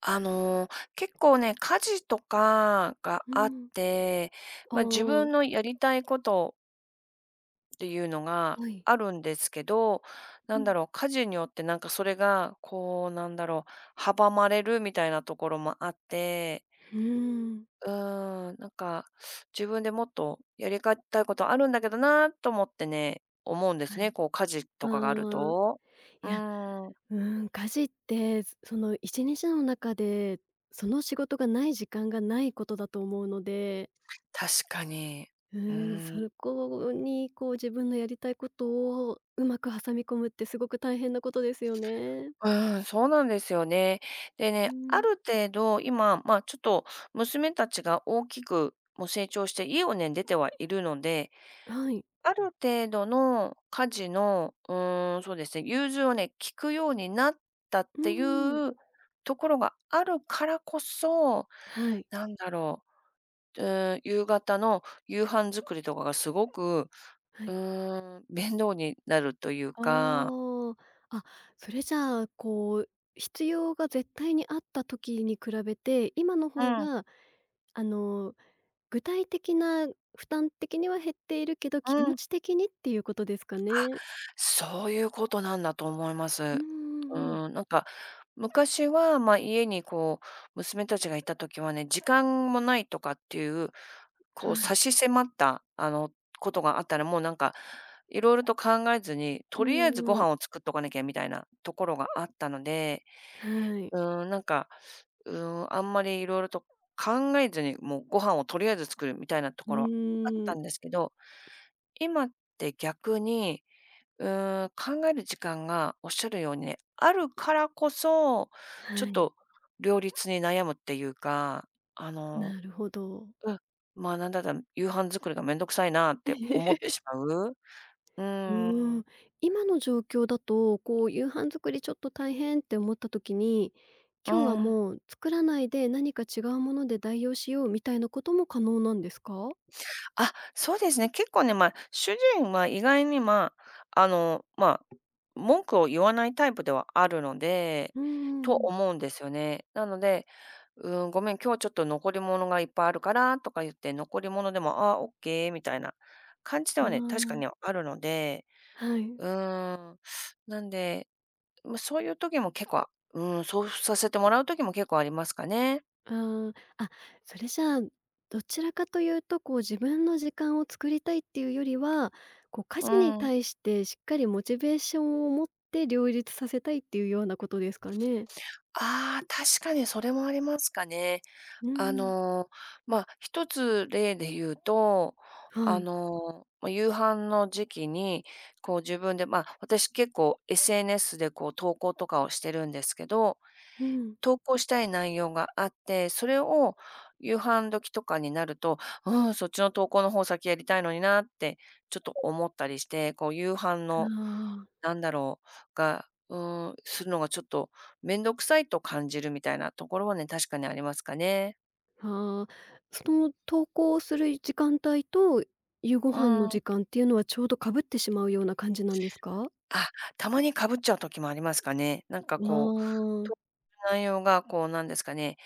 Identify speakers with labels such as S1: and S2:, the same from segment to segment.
S1: あの、結構ね、家事とかが
S2: う
S1: あっ
S2: ん。
S1: て、
S2: あ
S1: まあ、自
S2: あ、
S1: 分のやりたいことっていうのが
S2: はい。
S1: あるんですけど、
S2: うん。
S1: 家事によってなんかそれが、こう、阻まれるみたいなところもあって、
S2: うーん。
S1: なんか、自分でもっとやりたいことあるんだけどなと思うんです
S2: はい。
S1: ね、こう、家事
S2: あ
S1: とかがある
S2: あ、
S1: と。う
S2: いや、
S1: ーん、
S2: うーん、家事って、その一日の中で、その仕事がない時間がないことだと思うので、
S1: 確かに。
S2: う
S1: う
S2: ーん、
S1: ー
S2: そ
S1: ん。
S2: こにこう自分のやりたいことをうまく挟み込むってすごく大変なことですよね。
S1: うん、そうなんですよね。で
S2: う
S1: ね、あ
S2: ん。
S1: る程度今、ま、ちょっと娘たちが大きく、もう成長して家をね、出てはいるので、
S2: はい。
S1: ある程度の家事の、そうですね、融通をね、聞くようになったっ
S2: う
S1: てい
S2: ーん。
S1: うところがあるからこそ、
S2: はい。
S1: なんだろう、う夕方の夕飯作りとかがすごく、
S2: はい。
S1: 面倒になるというか。
S2: ああ、あ、それじゃあ、こう、必要が絶対にあった時に比べて、今の
S1: う
S2: 方
S1: ん、
S2: が、あの、具体的な負担的には減っているけど、気
S1: う
S2: 持
S1: ん。
S2: ち的にっていうことですかね。
S1: そういうことなんだと思いま
S2: うん
S1: す。
S2: う
S1: う
S2: んうん。
S1: ん、なんか、昔は、まあ、家にこう、娘たちがいた時はね、時間もないとかっていう、
S2: は
S1: こう差
S2: い。
S1: し迫った、ことがあったら、もうなんか、いろいろと考えずに、
S2: う
S1: とりあえず
S2: ん
S1: ご
S2: うん。
S1: 飯を作っとかなきゃみたいなところがあったので、
S2: はい。
S1: うん、なんか、うん、あんまりいろいろと考えずに、もうご飯をとりあえず作るみたいなと
S2: う
S1: ころはあっ
S2: ー
S1: た
S2: ん。
S1: んですけど、今って逆に考える時間がおっしゃるようにね、あるからこそ、ちょ
S2: は
S1: っ
S2: い。
S1: と両立に悩むっていうか、あの、
S2: なるほど。
S1: うん、まあ、なんだったら夕飯作りがめんどくさいなって思っ てしまう。う
S2: う
S1: ー
S2: ーん、
S1: ん。
S2: 今の状況だと、こう、夕飯作りちょっと大変って思った時に、
S1: う
S2: 今日は
S1: ん。
S2: もう作らないで何か違うもので代用しようみたいなことも可能なんですか？
S1: あ、そうですね。結構ね、まあ、主人は意外に、まあ、文句を言わないタイプではあるので
S2: う
S1: と
S2: んん、
S1: 思うんですよね。なので「うん、ごめん、今日ちょっと残り物がいっぱいあるから」とか言って、残り物でも「ああ、オッケー」みたいな感じではね、確かに
S2: あ
S1: あるので、
S2: あ、はい。
S1: うーん、なんで、ま、そういう時も結構、うん、そうさせてもらう時も結構ありますかね。
S2: ああ、あ、それじゃあ、どちらかというと、こう、自分の時間を作りたいっていうよりは、こう、家
S1: う
S2: 事に
S1: ん。
S2: 対してしっかりモチベーションを持って両立させたいっていうようなことですかね？
S1: ああ、確かにそれもありますかね。
S2: うう
S1: あ
S2: ん。
S1: の、ま、一つ例で言うと、
S2: はい。
S1: ま、夕飯の時期に、こう自分で、ま、私結構 SNS でこう投稿とかをしてるんですけど、
S2: うん。
S1: 投稿したい内容があって、それを夕飯時とかになると、うん、そっちの投稿の方先やりたいのになってちょっと思ったりして、こう夕飯
S2: あ
S1: の
S2: あ。
S1: なんだろう、が、うん、するのがちょっと面倒くさいと感じるみたいなところはね、確かにありますかね。
S2: はあ、その登校する時間帯と夕ご
S1: う
S2: 飯の時
S1: ん。
S2: 間っていうのはちょうどかぶってしまうような感じなんですか？
S1: あ、たまにかぶっちゃう時もありますかね。なんか
S2: わ
S1: こう、
S2: あ。
S1: と内容がこうなんですかね、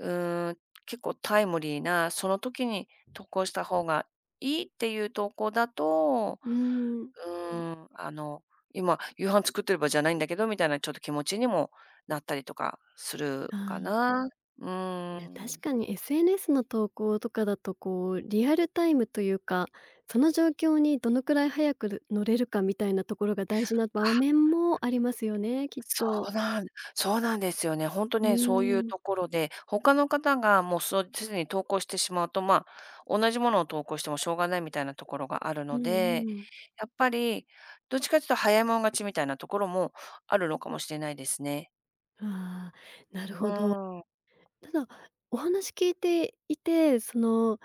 S1: うーん、結構タイムリーな、その時に投稿した方がいいっていう投稿だと、
S2: うん。
S1: うーん、あの、今夕飯作ってる場合じゃないんだけどみたいなちょっと気持ちにもなったりとかする
S2: あ
S1: か
S2: あ、
S1: な。うー
S2: いや、確
S1: ん。
S2: かに SNS の投稿とかだと、こう、リアルタイムというか、その状況にどのくらい早く乗れるかみたいなところが大事な場面もありますよね、きっ
S1: そ
S2: と。
S1: うなんそうなんですよね。ほんと
S2: うー
S1: ね、そういう
S2: ん。
S1: ところで、他の方がもうそうすでに投稿してしまうと、まあ、同じものを投稿してもしょうがないみたいなところがある
S2: う
S1: ので、
S2: んうん。
S1: やっぱりどっちかというと早い者勝ちみたいなところもあるのかもしれないですね。
S2: ああ、なる
S1: うー
S2: ほど。
S1: ん、う
S2: ただ、お話聞いていて、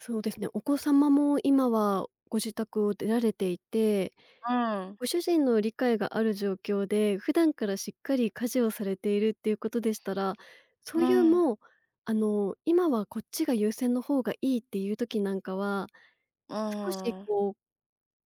S2: そうですね、お子様も今はご自宅を出られていて、
S1: ん、
S2: ご主人の理解がある状況で、普段からしっかり家事をされているっていうことでしたら、そ
S1: う
S2: ういう
S1: ん、
S2: もう、あの、今はこっちが優先の方がいいっていう時なんかは、
S1: う
S2: 少し
S1: ん、
S2: こう、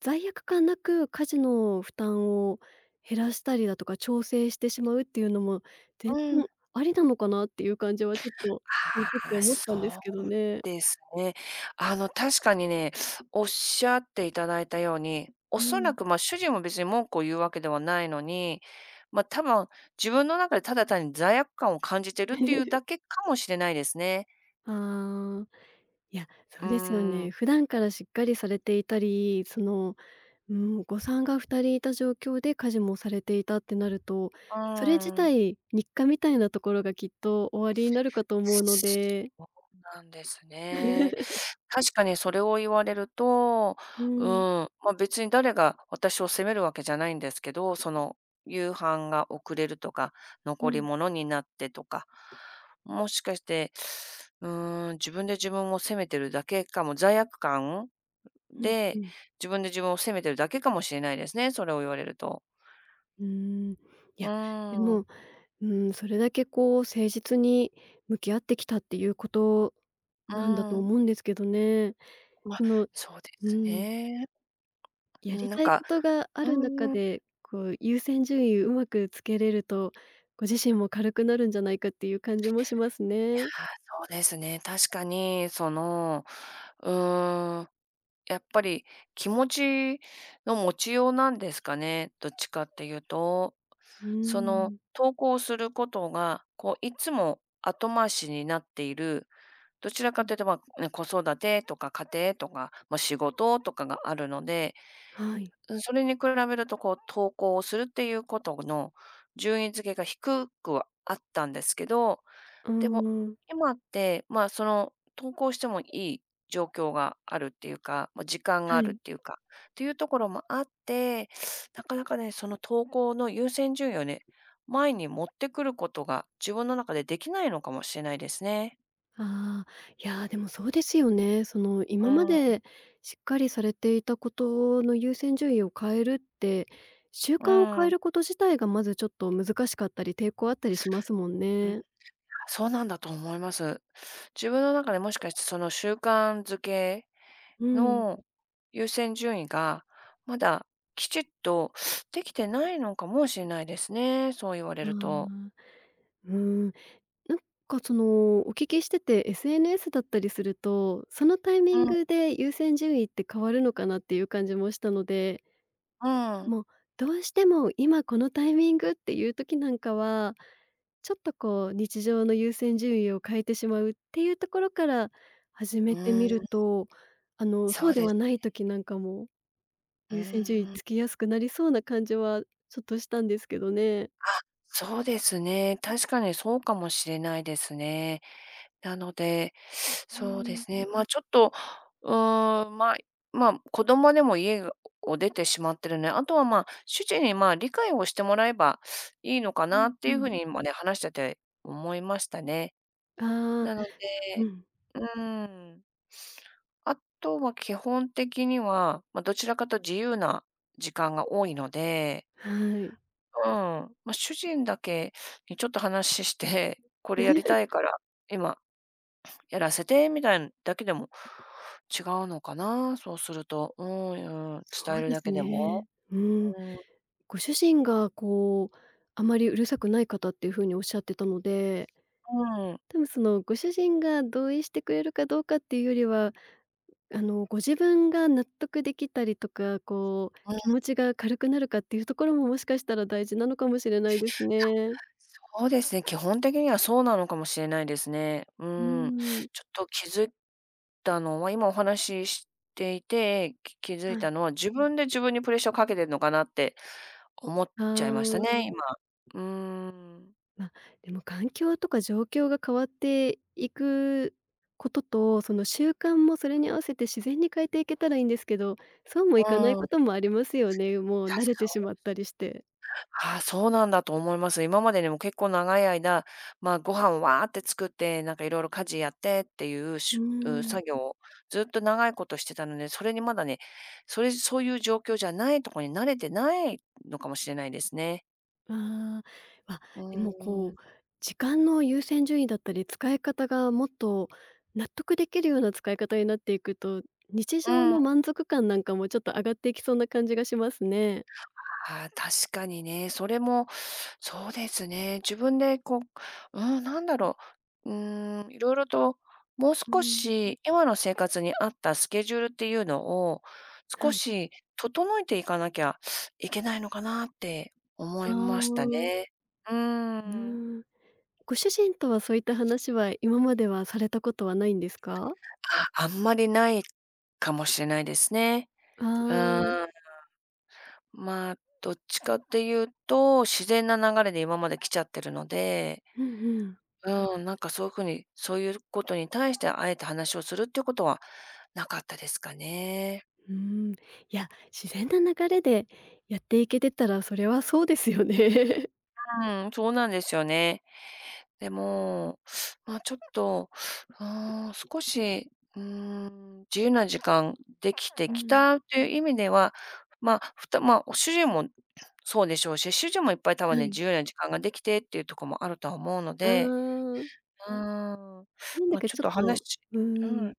S2: 罪悪感なく家事の負担を減らしたりだとか、調整してしまうっていうのも、全
S1: うん。
S2: 然ありなのかなっていう感じはちょっと聞いて
S1: あ
S2: て
S1: あ、
S2: 思っ
S1: そ
S2: たんです
S1: う
S2: けどね。
S1: ですね。確かにね、おっしゃっていただいたように、お
S2: う
S1: そら
S2: ん。
S1: く、ま、主人も別に文句を言うわけではないのに、ま、多分自分の中でただ単に罪悪感を感じてるっていうだけ かもしれないですね。
S2: ああ。いや、そ
S1: う
S2: うですよ
S1: ーん。
S2: ね。普段からしっかりされていたり、その、うん、お子さんが2人いた状況で家事もされていたってなると、
S1: う
S2: それ自
S1: ーん。
S2: 体、日課みたいなところがきっとおありになるかと思うので。
S1: そうなんですね。確かにそれを言われると、
S2: う
S1: うん、
S2: ん、
S1: まあ、別に誰が私を責めるわけじゃないんですけど、その夕飯が遅れるとか、
S2: う
S1: 残り
S2: ん、
S1: 物になってとか、もしかして、うん、自分で自分を責めてるだけかも、罪悪感
S2: うん、う
S1: で、
S2: ん。
S1: 自分で自分を責めてるだけかもしれないですね、それを言われると。
S2: うーん。い
S1: う
S2: や、
S1: ー
S2: で
S1: ん、
S2: も、
S1: う
S2: うーん、それだけこう誠実に向き合ってきたっていうこと
S1: ん、
S2: なんだと思うんですけどね。
S1: まあ、
S2: その、
S1: そうで
S2: う
S1: す
S2: ん。
S1: ね。う
S2: やり
S1: ん、なん
S2: たい
S1: か、
S2: ことがあ
S1: う
S2: る中
S1: ーん。
S2: で、こう優先順位うまくつけれると、ご自身も軽くなるんじゃないかっていう感じもします
S1: あ、
S2: ね。
S1: そうですね。確かに、その、うーん、やっぱり気持ちの持ちようなんですかね、どっちかっていうと。
S2: うー
S1: その、
S2: ん。
S1: 投稿することが、こういつも後回しになっている、どちら
S2: う
S1: か
S2: ん、
S1: というと、まあ、ね、子育てとか家庭とか、まあ、仕事とかがあるので、
S2: はい。
S1: うん、それに比べるとこう投稿をするっていうことの順位付けが低くはあったんですけど、
S2: うー
S1: でも、
S2: ん、
S1: 今って、まあ、その、投稿してもいい状況があるっていうか、まあ、時間が
S2: は
S1: あるっ
S2: い。
S1: ていうか、っていうところもあって、なかなかね、その投稿の優先順位をね、前に持ってくることが自分の中でできないのかもしれないですね。
S2: ああ、いや、でもそうですよね。その、今
S1: う
S2: ま
S1: ん、
S2: でしっかりされていたことの優先順位を変えるって、習
S1: う
S2: 慣を変え
S1: ん、
S2: ること自体がまずちょっと難しかったり、抵抗あったりしますもん
S1: うん、
S2: ね。
S1: そうなんだと思います。自分の中でもしかしてその習慣づけ
S2: うん。
S1: の優先順位が、まだきちっとできてないのかもしれないですね、そう言われ
S2: あ
S1: ると。
S2: あ、うん。なんかその、お聞きしてて、SNS だったりすると、そのタイミ
S1: う
S2: ン
S1: ん、
S2: グで優先順位って変わるのかなっていう感じもしたので、
S1: うん。
S2: もうどうしても今このタイミングっていう時なんかは、ちょっとこう日常の優先順位を変えてしまうっていうところから始め
S1: う
S2: て
S1: ー
S2: みる
S1: ん、
S2: と、あの、
S1: そ
S2: そう
S1: う
S2: で
S1: で
S2: はな
S1: す。
S2: い時なんかも
S1: う
S2: 優先順位
S1: ーん、あ、
S2: つきやすくなりそうな感じはちょっとしたんですけどね。
S1: そうですね。確かにそうかもしれないですね。なので、
S2: う
S1: そうで
S2: ん、
S1: すね、ま、ちょっと、まあ、子供でも家を出てしまってるね、あとは、ま、主人に、ま、理解をしてもらえばいいのか
S2: う
S1: な
S2: ん
S1: って
S2: う
S1: いう
S2: ん。
S1: 風に今ね、話してて思いましたね。
S2: ああ、
S1: なの
S2: う
S1: で
S2: ん、
S1: うーん。あとは基本的には、ま、どちらかと自由な時間が多いので、
S2: はい。
S1: うん、ま、主人だけにちょっと話して、これやり たいから、今やらせてみたいんだけでも違うのかな、そうすると。うん、うん、
S2: そ
S1: 伝え
S2: う
S1: る
S2: で
S1: だ
S2: す
S1: けで
S2: ね。
S1: も。
S2: うん。
S1: うん、
S2: ご主人がこう、あまりうるさくない方っていう風におっしゃってたので、
S1: うん。うん。
S2: 多分そのご主人が同意してくれるかどうかっていうよりは、あの、ご自分が納得できたりとか、こう、気持ちが軽くなるかっていうところも、もしかしたら大事なのかもしれないですね。
S1: そうですね、基本的にはそうなのかもしれないですね。う
S2: う
S1: ん。
S2: ん。
S1: ちょっと気づいたのは、今お話ししていて、き気づい
S2: は
S1: た
S2: い。
S1: のは、自分で自分にプレッシャーをかけてるのかなって思っちゃい
S2: あ
S1: ました
S2: あ。
S1: ね、今。うん。
S2: まあ、でも環境とか状況が変わっていくことと、その習慣もそれに合わせて自然に変えていけたらいいんですけど、そうもい
S1: う
S2: かないこ
S1: ん。
S2: ともありますよね。もう
S1: た
S2: 慣
S1: し
S2: れてしまったりして。
S1: ああ、そうなんだと思います。今までにも結構長い間、まあ、ご飯わーって作って、なんかいろいろ家事やってっていう
S2: うー
S1: しう
S2: ん。
S1: 作業をずっと長いことしてたので、それにまだね、そういう状況じゃないところに慣れてないのかもしれないですね。
S2: ああ、あ、
S1: う
S2: でも
S1: ー
S2: こ
S1: ん。
S2: う、時間の優先順位だったり、使い方がもっと納得できるような使い方になっていくと、日
S1: う
S2: 常の
S1: ん。
S2: 満足感なんかもちょっと上がっていきそうな感じがしますね。
S1: ああ、確かにね。それも、そうですね。自分でこう、うん、いろいろと、もう
S2: う
S1: 少
S2: ん、
S1: し今の生活に合ったスケジュールっていうのを、
S2: は
S1: 少
S2: い。
S1: し整えていかなきゃいけないのかなって思
S2: あ
S1: いました
S2: あ、
S1: ね。う
S2: う
S1: ーん。
S2: ん。ご主人とはそういった話は今まではされたことはないんですか？
S1: あ、あんまりないかもしれないですね。
S2: あ
S1: う
S2: あー、
S1: ーん。まあ、どっちかっていうと、自然な流れで今まで来ちゃってるので、
S2: うんうん。
S1: うん、なんかそういう風に、そういうことに対してあえて話をするっていうことはなかったですかね。
S2: うーん。いや、自然な流れでやっていけてたら、それはそうですよね。
S1: うん、そうなんですよね。でも、まあ、ちょっと、少し、自由な時間でき て
S2: う
S1: き
S2: ん、
S1: たという意味では、まあ、まあ、主人もそうでしょうし、主人もいっぱい多 分
S2: は
S1: ね、
S2: い。
S1: 自由な時間ができてっていうところもあるとは思うの
S2: あ
S1: で、
S2: あ、
S1: うーん、
S2: なんだ
S1: まあ、
S2: か
S1: ちょっ
S2: ちょっ
S1: と話
S2: と、うー
S1: う
S2: ん、
S1: ん、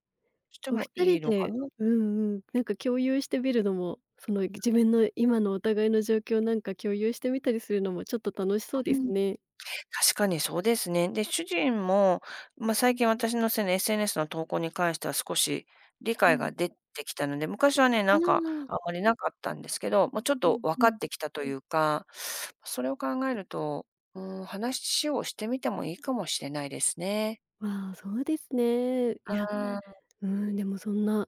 S1: して
S2: お
S1: も
S2: 二
S1: い
S2: 人
S1: いのかな。
S2: でうんうん、なんか共有してみるのも、その自分の今のお互いの状況なんか共有してみたりするのもちょっと楽しそうで
S1: う
S2: す
S1: ん。
S2: ね。
S1: 確かにそうですね。で、主人も、まあ、最近私のね SNS の投稿に関しては少し理
S2: う
S1: 解が
S2: ん。
S1: 出てきたので、昔はね、
S2: あ
S1: なんか
S2: あ、
S1: あまりなかったんですけど、もうちょっ
S2: う
S1: と
S2: ん
S1: 分
S2: う
S1: かっ
S2: ん。
S1: てきたというか、それを考えると、うん、話をしてみてもいいかもしれないですね。
S2: わあ、そうですね。いや、
S1: うん。
S2: うーん、でもそんな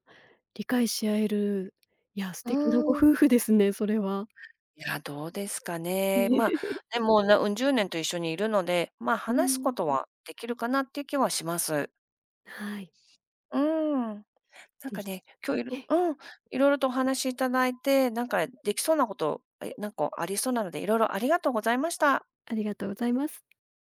S2: 理解し合える、いや、素
S1: う
S2: 敵なご
S1: ん。
S2: 夫婦ですね、それは。
S1: いや、どうですかね。まあ、でもう、なうん、10年と一緒にいるので、まあ、
S2: う
S1: 話す
S2: ん、
S1: ことはできるかなっていう気はします。
S2: はい。
S1: うん。なん
S2: ぜ
S1: か
S2: ひ。
S1: ね、今日いろ うん、色々とお話しいただいて、なんかできそうなこと、なんかありそうなので、色々ありがとうございました。
S2: ありがとうございます。